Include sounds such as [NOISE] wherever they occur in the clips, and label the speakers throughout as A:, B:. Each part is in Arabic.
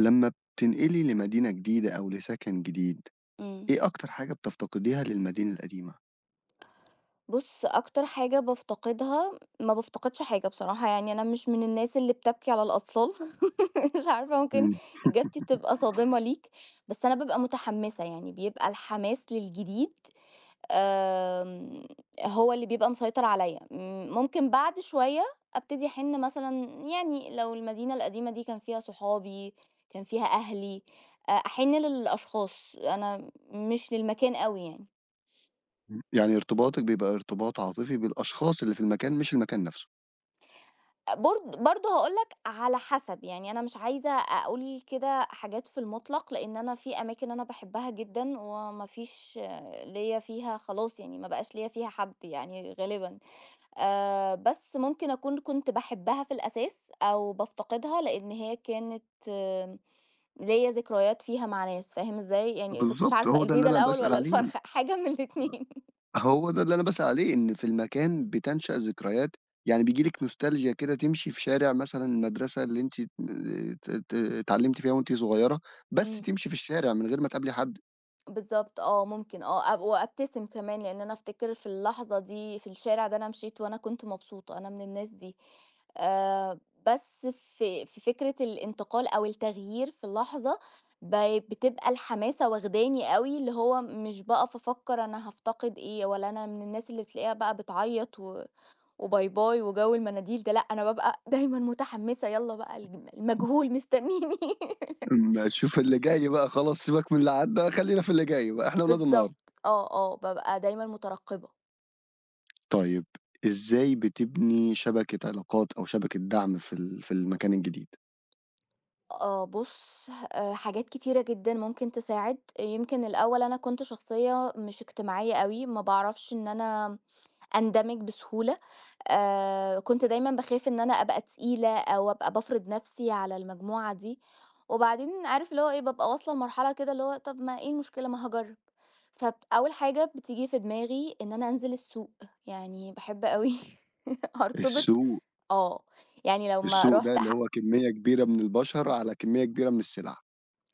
A: لمّا بتنقلي لمدينة جديدة أو لسكن جديد،
B: إمم.
A: إيه أكتر حاجة بتفتقديها للمدينة القديمة؟
B: بُص، أكتر حاجة بافتقدها، ما بافتقدش حاجة بصراحة، يعني أنا مش من الناس اللي بتبكي على الأطفال. [LAUGHS] مش عارفة، ممكن
A: إمم.
B: إجابتي تبقى صادمة ليك، بس أنا بابقى متحمسة، يعني بيبقى الحماس للجديد آمم، هو اللي بيبقى مسيطر عليّا. ممكن بعد شوية أبتدي أحِن مثلًا، يعني لو المدينة القديمة دي كان فيها صحابي، كان فيها أهلي، أحِن للأشخاص، أنا مش للمكان أوي يعني.
A: إمم، يعني ارتباطِك بيبقى ارتباط عاطفي بالأشخاص اللي في المكان مش المكان نفسه.
B: برضه هاقول لك على حسب، يعني أنا مش عايزة أقول كده حاجات في المطلق، لإن أنا في أماكن أنا باحبها جدًا وما فيش ليّا فيها خلاص، يعني ما بقاش ليّا فيها حد يعني غالبًا، بس ممكن أكون كنت باحبها في الأساس أو بافتقدها لإن هي كانت ليّا ذكريات فيها مع ناس، فاهم إزاي؟ يعني بس مش
A: بالضبط،
B: عارفة
A: هو ده اللي
B: البيضة
A: أنا
B: الأول
A: باسأل
B: والّا
A: عليه.
B: الفرخة؟ [LAUGHS] حاجة من الاتنين.
A: هو ده اللي أنا باسأل عليه، إن في المكان بتنشأ ذكريات، يعني بييجي لِك نوستالجيا كده تمشي في شارع مثلًا المدرسة اللي أنتِ ت ت اتعلمتِ فيها وأنتِ صغيرة، بس
B: إمم.
A: تمشي في الشارع من غير ما تقابلي حد،
B: بالضبط آه، ممكن، آه، أب وأبتسم كمان، لإن أنا أفتكر في اللحظة دي في الشارع ده أنا مشيت وأنا كنت مبسوطة، أنا من الناس دي. آآ، بس في فكرة الانتقال أو التغيير في اللحظة ب بتبقى الحماسة واخداني أوي، اللي هو مش باقف أفكر أنا هافتقد إيه، ولا أنا من الناس اللي بتلاقيها بقى بتعيط و وباي باي وجو المناديل ده، لأ، أنا بابقى [LAUGHS] دايمًا متحمسة، يالّا بقى المجهول مستنيني. [LAUGHS]
A: أمّا تشوف [LAUGHS] اللي جاي بقى خلاص سيبك من اللي عدّى، خلّينا في اللي جاي بقى، إحنا ولاد النهار.
B: بالضبط، آه، آه، بابقى دايمًا مترقبة.
A: طيب، إزاي بتبني شبكة علاقات أو شبكة دعم في المكان الجديد؟
B: آه بُص، حاجات كتيرة جدًا ممكن تساعد. يمكن الأول أنا كنت شخصية مش اجتماعية أوي، ما باعرفش إن أنا أندمج بسهولة. كنت دايمًا باخاف إن أنا أبقى تقيلة أو أبقى بافرض نفسي على المجموعة دي. وبعدين عارف اللي هو إيه، بابقى واصلة لمرحلة كده، اللي هو طب ما إيه المشكلة، ما هاجرب. أول حاجة بتيجي في دماغي إن أنا أنزل السوق، يعني باحب أوي [LAUGHS] أرتبط
A: السوق.
B: آه، يعني لمّا
A: السوق ده
B: رُحت
A: اللي
B: ح
A: هو كمية كبيرة من البشر على كمية كبيرة من السلع.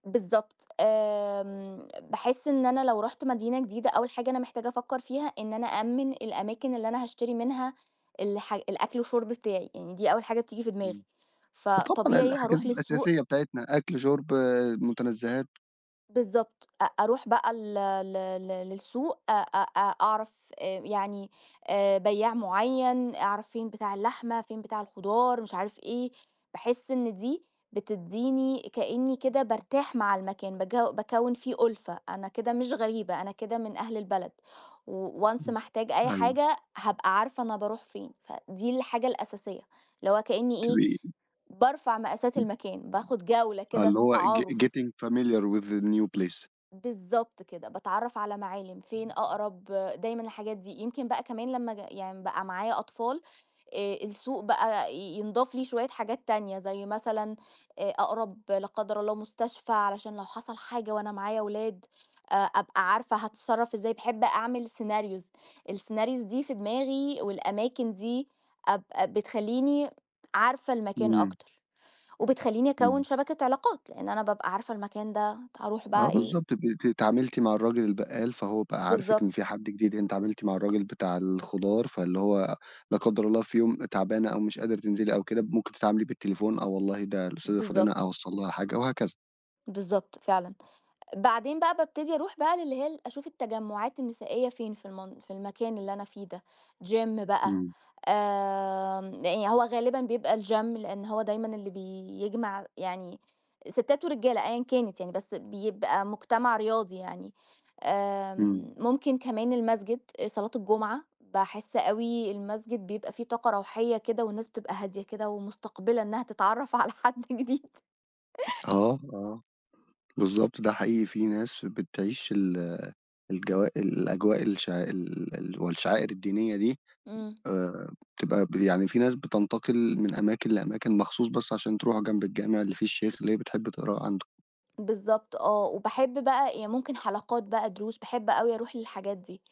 B: بالضبط، باحس إن أنا لو رُحت مدينة جديدة، أول حاجة أنا محتاجة أفكّر فيها إن أنا أأمِّن الأماكن اللي أنا هاشتري منها الأكل والشرب بتاعي، يعني دي أول حاجة بتيجي في دماغي،
A: إمم. فطبعًا
B: فطبيعي
A: الحاجات
B: هاروح للسوق.
A: الأساسية بتاعتنا أكل، شرب، آه، متنزهات.
B: بالضبط، أروح بقى ل ل ل للسوق أ أ أ أعرف يعني بيّاع معيّن، أعرف فين بتاع اللحمة، فين بتاع الخضار، مش عارف إيه، باحس إن دي بتدّيني كإني كده بارتاح مع المكان، باكوّن فيه أُلفة، أنا كده مش غريبة، أنا كده من أهل البلد، و once
A: إمم.
B: ما احتاج أي
A: أيوه.
B: حاجة هابقى عارفة أنا باروح فين، فدي الحاجة الأساسية، اللي هو كإني
A: to
B: إيه،
A: be
B: بارفع مقاسات المكان، باخد جولة كده
A: اللي هو
B: تعارُف.
A: getting familiar with the new place.
B: بالضبط كده، باتعرّف على معالم، فين أقرب، دايمًا الحاجات دي. يمكن بقى كمان لمّا يعني بقى معايا أطفال، السوق بقى ينضاف ليه شوية حاجات تانية، زي مثلًا أقرب لا قدر الله مستشفى، علشان لو حصل حاجة وأنا معايا ولاد، أبقى عارفة هاتصرّف إزاي. باحب أعمل scenarios، الscenarios دي في دماغي والأماكن دي أبقى بتخلّيني عارفة المكان
A: إمم،
B: أكتر، وبتخلّيني أكوّن
A: إمم.
B: شبكة علاقات، لإن أنا بابقى عارفة المكان ده هاروح
A: آه
B: بقى إيه.
A: بالضبط، بت اتعاملتِ مع الراجل البقّال، فهو بقى عارفِك إن
B: بالضبط،
A: في حد جديد، أنتِ اتعاملتِ مع الراجل بتاع الخضار، فاللي هو لا قدّر الله في يوم تعبانة أو مش قادرة تنزلي أو كده، ممكن تتعاملي بالتليفون، آه والله ده الأستاذة فُلانة
B: بالضبط،
A: أوصّل لها حاجة وهكذا.
B: بالضبط فعلًا. بعدين بقى بابتدي أروح بقى للي هي أشوف التجمُّعات النسائية فين في المكان اللي أنا فيه ده، gym بقى.
A: إمم،
B: يعني هو غالبًا بيبقى الgym، لإن هو دايمًا اللي بيجمع يعني ستات ورجالة أيًا كانت يعني، بس بيبقى مجتمع رياضي يعني.
A: إمم.
B: ممكن كمان المسجد، صلاة الجمعة، باحس أوي المسجد بيبقى فيه طاقة روحية كده، والناس بتبقى هادية كده، ومستقبلة إنها تتعرّف [LAUGHS] على حد جديد.
A: آه، آه، بالضبط، ده حقيقي في ناس بتعيش ال الجوا الأجواء الشع ال ال والشعائر الدينية دي.
B: إمم،
A: بتبقى يعني في ناس بتنتقل من أماكن لأماكن مخصوص بس عشان تروح جنب الجامع اللي فيه الشيخ اللي هي بتحب تقراه عنده.
B: بالضبط آه، وباحب بقى يعني ممكن حلقات بقى دروس، باحب أوي أروح للحاجات دي.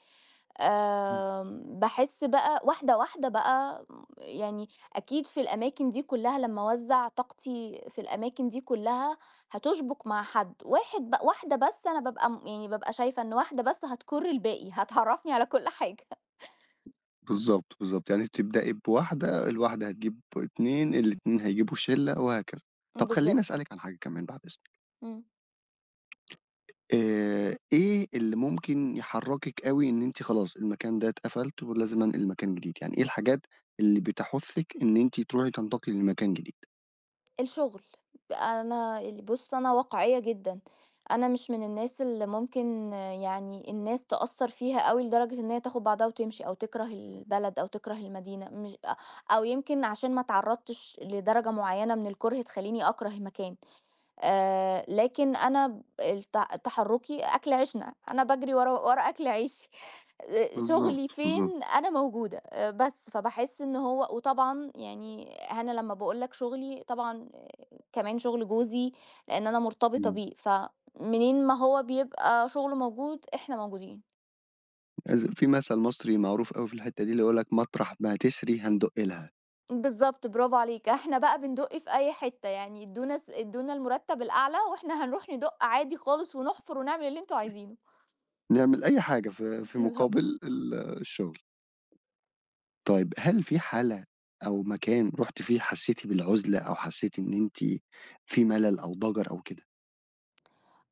A: إمم.
B: باحس بقى واحدة بقى، يعني أكيد في الأماكن دي كلّها لمّا أوزّع طاقتي في الأماكن دي كلّها هتُشبُك مع حد، واحدة، بس أنا بابقى يعني بابقى شايفة إن واحدة بس هتكُر الباقي، هتعرّفني على كل حاجة.
A: بالضبط، بالضبط. يعني بتبدئي بواحدة، الواحدة هتجيب 2، الاتنين هيجيبوا شِلّة وهكذا. طب خلّيني
B: بالضبط.
A: أسألِك عن حاجة كمان بعد إذنِك،
B: إمم.
A: إيه اللي ممكن يحرّكِك أوي إن أنتِ خلاص المكان ده اتقفلت ولازم أنقل مكان جديد؟ يعني إيه الحاجات اللي بتحُثِّك إن أنتِ تروحي تنتقلي لمكان جديد؟
B: الشغل. أنا بُص، أنا واقعية جدًا، أنا مش من الناس اللي ممكن يعني الناس تأثّر فيها أوي لدرجة إن هي تاخد بعضها وتمشي أو تكره البلد أو تكره المدينة، مش أ أو يمكن عشان ما اتعرّضتش لدرجة معيّنة من الكره تخلّيني أكره مكان. لكن أنا ب الت تحرُّكي أكل عيشنا، أنا باجري ورا ورا أكل عيشي. [LAUGHS]
A: بالضبط،
B: شُغلي
A: بالضبط.
B: فين أنا موجودة بس، فباحس إن هو، وطبعًا يعني أنا لمّا باقول لك شُغلي طبعًا كمان شُغل جوزي، لإن أنا مرتبطة
A: إمم.
B: بيه، فمنين ما هو بيبقى شُغله موجود، إحنا موجودين.
A: في مثل مصري معروف أوي في الحتّة دي اللي يقول لك: "مطرح ما تسري هندُق لها."
B: بالضبط، برافو عليك، إحنا بقى بندُق في أي حتّة، يعني ادّونا المُرتّب الأعلى وإحنا هنروح ندُق عادي خالص، ونحفُر، ونعمل اللي أنتم عايزينه.
A: نعمل أي حاجة
B: [LAUGHS]
A: في
B: بالضبط.
A: مقابل ال الشغل. طيب، هل في حالة أو مكان رُحتِ فيه حسّيتِ بالعُزلة أو حسّيتِ إن أنتِ في ملل أو ضَجَر أو كده؟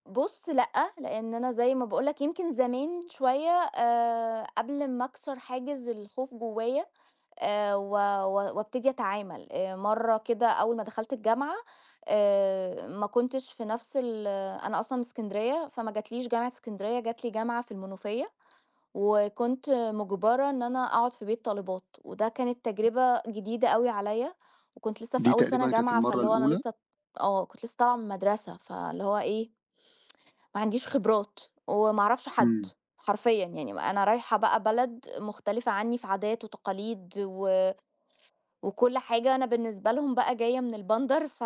B: بُص لأ، لإن أنا زي ما باقول لك يمكن زمان شوية قبل ما أكسر حاجز الخوف جوايا و و وابتدي أتعامل، مرّة كده أول ما دخلت الجامعة، ما كنتش في نفس ال آه، أنا أصلًا من إسكندرية، فما جاتليش جامعة إسكندرية، جات لي جامعة في المنوفية، وكنت مُجبرة إن أنا أقعد في بيت طالبات، وده كانت تجربة جديدة أوي عليَّ، وكنت لسه في
A: دي
B: أول سنة
A: تقريبًا كانت
B: جامعة،
A: المَرّة
B: فاللي هو أنا
A: الأولى.
B: لسه كنت لسه طالعة من مدرسة، فاللي هو إيه، ما عنديش خبرات، وما أعرفش حد،
A: إمم.
B: حرفيًا يعني. ما أنا رايحة بقى بلد مختلفة عني في عادات وتقاليد و وكل حاجة، أنا بالنسبة لهم بقى جاية من البندر،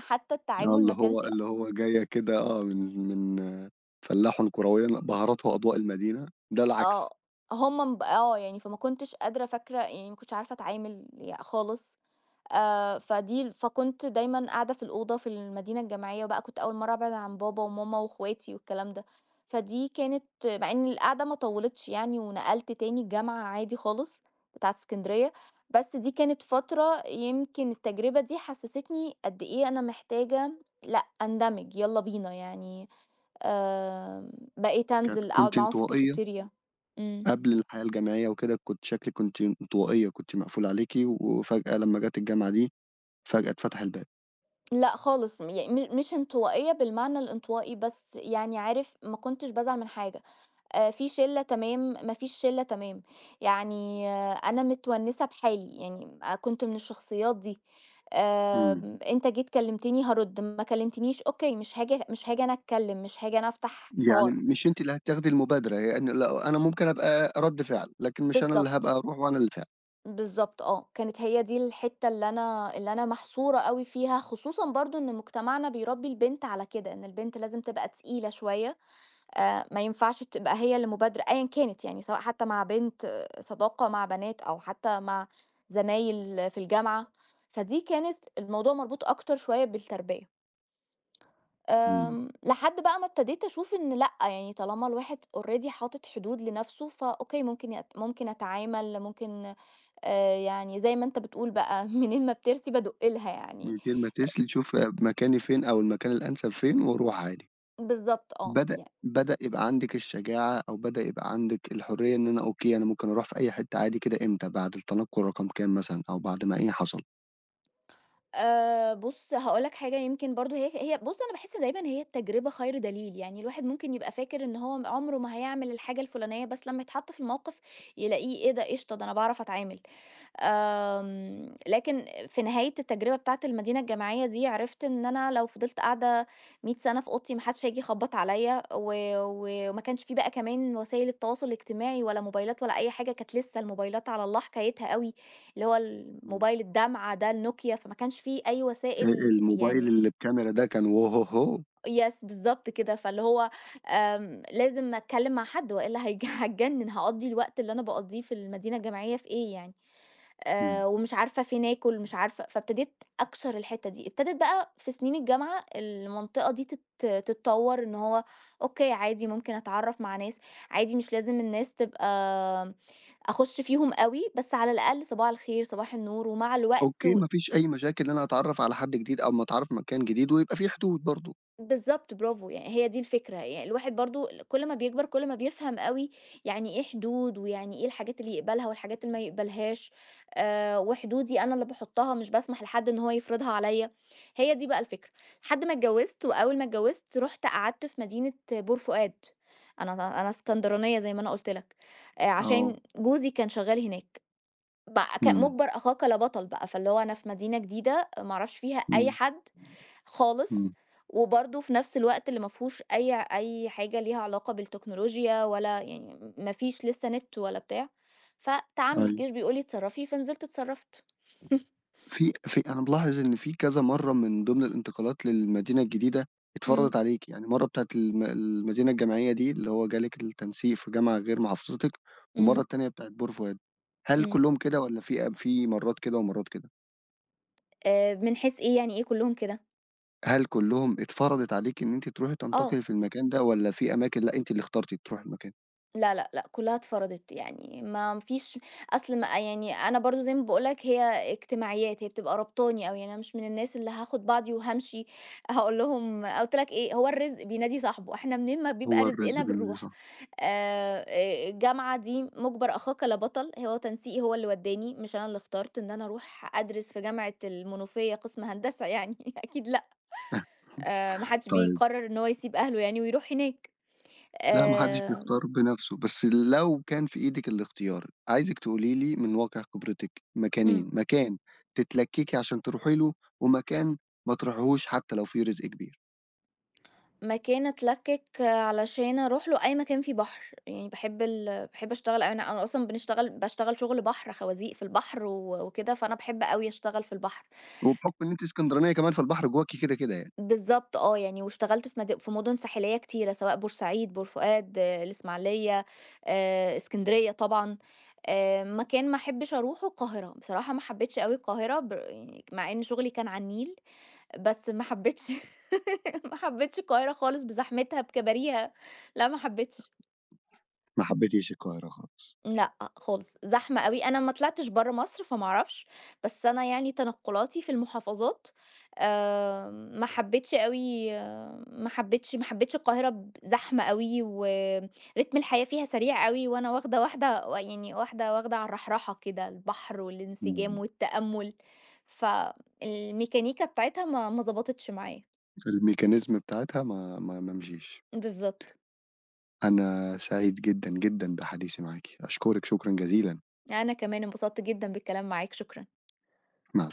B: حتى [LAUGHS]
A: آه،
B: التعامل
A: اللي
B: ما
A: هو
B: كانش
A: اللي هو جاية كده آه، من فلاحٌ كرويًا بهارات وأضواء المدينة، ده العكس.
B: آه، هم ب آه، يعني فما كنتش قادرة، فاكرة يعني ما كنتش عارفة أتعامل خالص. فكنت دايمًا قاعدة في الأوضة في المدينة الجامعية، وبقى كنت أول مرّة أبعد عن بابا وماما واخواتي والكلام ده، فدي كانت، مع إن القعدة ما طوّلتش يعني، ونقلت تاني الجامعة عادي خالص بتاعة إسكندرية، بس دي كانت فترة، يمكن التجربة دي حسستني قد إيه أنا محتاجة، لأ، أندمج، يالّا بينا يعني. آمم، بقيت
A: كانت،
B: أنزل أقعد
A: كنتِ
B: معاهم في
A: انطوائية
B: الكافتيريا. إمم.
A: قبل الحياة الجامعية وكده؟ كنتِ شكلِك كنتِ انطوائية، كنتِ مقفول عليكِ وفجأة لمّا جات الجامعة دي، فجأة اتفتح الباب.
B: لأ خالص، يعني مش انطوائية بالمعنى الانطوائي، بس يعني عارف ما كنتش بازعل من حاجة، في شِلّة تمام، ما فيش شِلّة تمام، يعني أنا متونسة بحالي، يعني كنت من الشخصيات دي.
A: إمم.
B: أنت جيت كلمتني هارُد، ما كلمتنيش أوكي، مش هاجي أنا أتكلم، مش هاجي أنا أفتح
A: يعني
B: حوار.
A: مش أنتِ اللي هتاخدي المبادرة، يعني لأ أنا ممكن أبقى رَد فعل، لكن مش أنا اللي
B: بالضبط،
A: هابقى أروح وأنا اللي أدفع.
B: بالضبط آه، كانت هي دي الحتة اللي أنا محصورة أوي فيها، خصوصًا برضه إن مجتمعنا بيربي البنت على كده، إن البنت لازم تبقى تقيلة شوية، ما ينفعش تبقى هي اللي مبادرة أيًا كانت يعني، سواء حتى مع بنت، صداقة مع بنات، أو حتى مع زمايل في الجامعة، فدي كانت الموضوع مربوط أكتر شوية بالتربية.
A: إمم.
B: لحد بقى ما ابتديت أشوف إن لأ، يعني طالما الواحد already حاطط حدود لنفسه، فأوكي، ممكن أتعامل، يعني زي ما أنت بتقول بقى [LAUGHS] منين ما بترسي بادق لها يعني.
A: من غير ما تسألي شوف مكاني فين أو المكان الأنسب فين وأروح عادي.
B: بالضبط آه.
A: بدأ بدأ يبقى عندِك الشجاعة أو بدأ يبقى عندِك الحرية إن أنا أوكي، أنا ممكن أروح في أي حتة عادي كده. إمتى، بعد التنقل رقم كام مثلًا أو بعد ما إيه حصل.
B: بُص، هاقول لك حاجة يمكن برضه هي هي بُص، أنا باحس دايمًا هي التجربة خير دليل، يعني الواحد ممكن يبقى فاكر إن هو عمره ما هيعمل الحاجة الفلانية، بس لمّا يتحط في الموقف يلاقيه إيه ده قشطة، ده أنا باعرف أتعامل. لكن في نهاية التجربة بتاعة المدينة الجامعية دي عرفت إن أنا لو فضلت قاعدة 100 سَنة في أوضتي ما حدش هييجي يخبّط عليّا، و و وما كانش في بقى كمان وسايل التواصل الاجتماعي ولا موبايلات ولا أي حاجة، كانت لسه الموبايلات على الله حكايتها أوي، اللي هو
A: إمم.
B: الموبايل الدمعة ده النوكيا، فما كانش في أي وسائل
A: الموبايل
B: يعني.
A: اللي بكاميرا ده كان وهوهو!
B: Yes بالضبط كده، فاللي هو لازم أتكلّم مع حد وإلا [LAUGHS] هاتجنن، هاقضّي الوقت اللي أنا باقضّيه في المدينة الجامعية في إيه يعني؟
A: إمم.
B: ومش عارفة فين آكل، مش عارفة، فابتديت أكشر الحتّة دي، ابتدت بقى في سنين الجامعة المنطقة دي تتطوّر إن هو أوكي عادي، ممكن أتعرّف مع ناس، عادي مش لازم الناس تبقى، آمم، أخُش فيهم أوي، بس على الأقل صباح الخير، صباح النور، ومع الوقت
A: أوكي،
B: و.
A: ما فيش أي مشاكل إن أنا أتعرّف على حد جديد أو أمّا أتعرّف مكان جديد ويبقى في حدود برضه.
B: بالضبط، برافو، يعني هي دي الفكرة، يعني الواحد برضه كل ما بيكبر كل ما بيفهم أوي يعني إيه حدود، ويعني إيه الحاجات اللي يقبلها والحاجات اللي ما يقبلهاش، وحدودي أنا اللي باحطها، مش باسمح لحد إن هو يفرضها عليَّ، هي دي بقى الفكرة. لحد ما اتجوزت، وأول ما اتجوزت رُحت قعدت في مدينة بور فؤاد، أنا اسكندرانية زي ما أنا قُلت لك،
A: آه.
B: عشان جوزي كان شغال هناك، بقى
A: إمم.
B: مُجبر أخاك لا بطل بقى، فاللي هو أنا في مدينة جديدة ما أعرفش فيها أي
A: إمم.
B: حد خالص،
A: إمم،
B: وبرضه في نفس الوقت اللي ما فيهوش أي حاجة ليها علاقة بالتكنولوجيا، ولا يعني ما فيش لسه نت ولا بتاع، فتعاملي،
A: أيوه.
B: الجيش بيقول لي اتصرّفي، فنزلت اتصرّفت.
A: في أنا ملاحظ إن في كذا مرّة من ضمن الانتقالات للمدينة الجديدة
B: إمم،
A: اتفرضت عليكِ، يعني مرّة بتاعة المدينة الجامعية دي اللي هو جالِك التنسيق في جامعة غير محافظتِك، والمرّة
B: إمم،
A: التانية بتاعة بور فؤاد. هل
B: إمم.
A: كلّهم كده والّا في مرّات كده ومرّات كده؟
B: من حيث إيه، يعني إيه كلّهم كده؟
A: هل كلّهم اتفرضت عليكِ إن أنتِ تروحي
B: آه.
A: تنتقلي في المكان ده والّا في أماكن لأ أنتِ اللي اخترتِ تروحي المكان؟
B: لا، لأ، لأ، كلّها اتفرضت، يعني ما فيش، أصل ما يعني أنا برضه زي ما باقول لك هي اجتماعيات، هي بتبقى ربطاني أوي، يعني أنا مش من الناس اللي هاخد بعضي وهامشي، [LAUGHS] هاقول لهم قُلت لك إيه، هو الرزق بينادي صاحبه، إحنا منين ما بيبقى
A: هو الرزق
B: رزقنا
A: بيننا،
B: بنروح.
A: صح.
B: الجامعة دي مُجبر أخاك لا بطل، هو تنسيقي هو اللي ودّاني، مش أنا اللي اخترت إن أنا أروح أدرس في جامعة المنوفية قسم هندسة يعني، [LAUGHS] أكيد لأ.
A: [LAUGHS]
B: ما حدش
A: طيب.
B: بيقرر إن هو يسيب أهله يعني ويروح هناك.
A: لأ، ما حدّش بيختار
B: آمم،
A: بنَفْسه، بس لو كان في إيدِك الاختيار، عايزِك تقولي لي من واقع خبرتِك
B: إمم.
A: مكانين، مكان تتلكّكي عشان تروحي له، ومكان ما تروحيهوش حتى لو في رزق كبير.
B: مكان أتلكِّك علشان أروح له أي مكان فيه بحر، يعني باحب أشتغل أوي، أنا أصلًا باشتغل شغل بحر، خوازيق في البحر وكده، فأنا باحب أوي أشتغل في البحر.
A: وبحُكم إن أنتِ إسكندرانية كمان، فالبحر جواكِ كده، كده يعني.
B: بالضبط آه، يعني واشتغلت في مدن ساحلية كتيرة، سواء بورسعيد، بورفؤاد، الإسماعيلية، إسكندرية طبعًا. مكان ما أحبش أروحه القاهرة، بصراحة ما حبيتش أوي القاهرة يعني، مع إن شغلي كان على النيل، بس ما حبيتش [LAUGHS] ما حبيتش القاهرة خالص، بزحمتها، بكباريها، لأ ما حبيتش.
A: ما حبيتيش القاهرة خالص.
B: لأ خالص، زحمة أوي، أنا ما طلعتش برّه مصر فما أعرفش، بس أنا يعني تنقلاتي في المحافظات، ما حبيتش أوي ما حبيتش ما حبيتش القاهرة، زحمة أوي ورتم الحياة فيها سريع أوي، وأنا واخدة، واحدة و يعني واحدة واخدة على الرحرحة كده، البحر
A: إمم،
B: والانسجام والتأمل، فالميكانيكا بتاعتها ما ضبطتش معايا.
A: الmechanism بتاعتها ما مشيش.
B: بالضبط،
A: أنا سعيد جدًا، جدًا بحديثي معاكِ، أشكرِك شكرًا جزيلًا.
B: أنا كمان انبسطت جدًا بالكلام معاك، شكرًا.
A: مع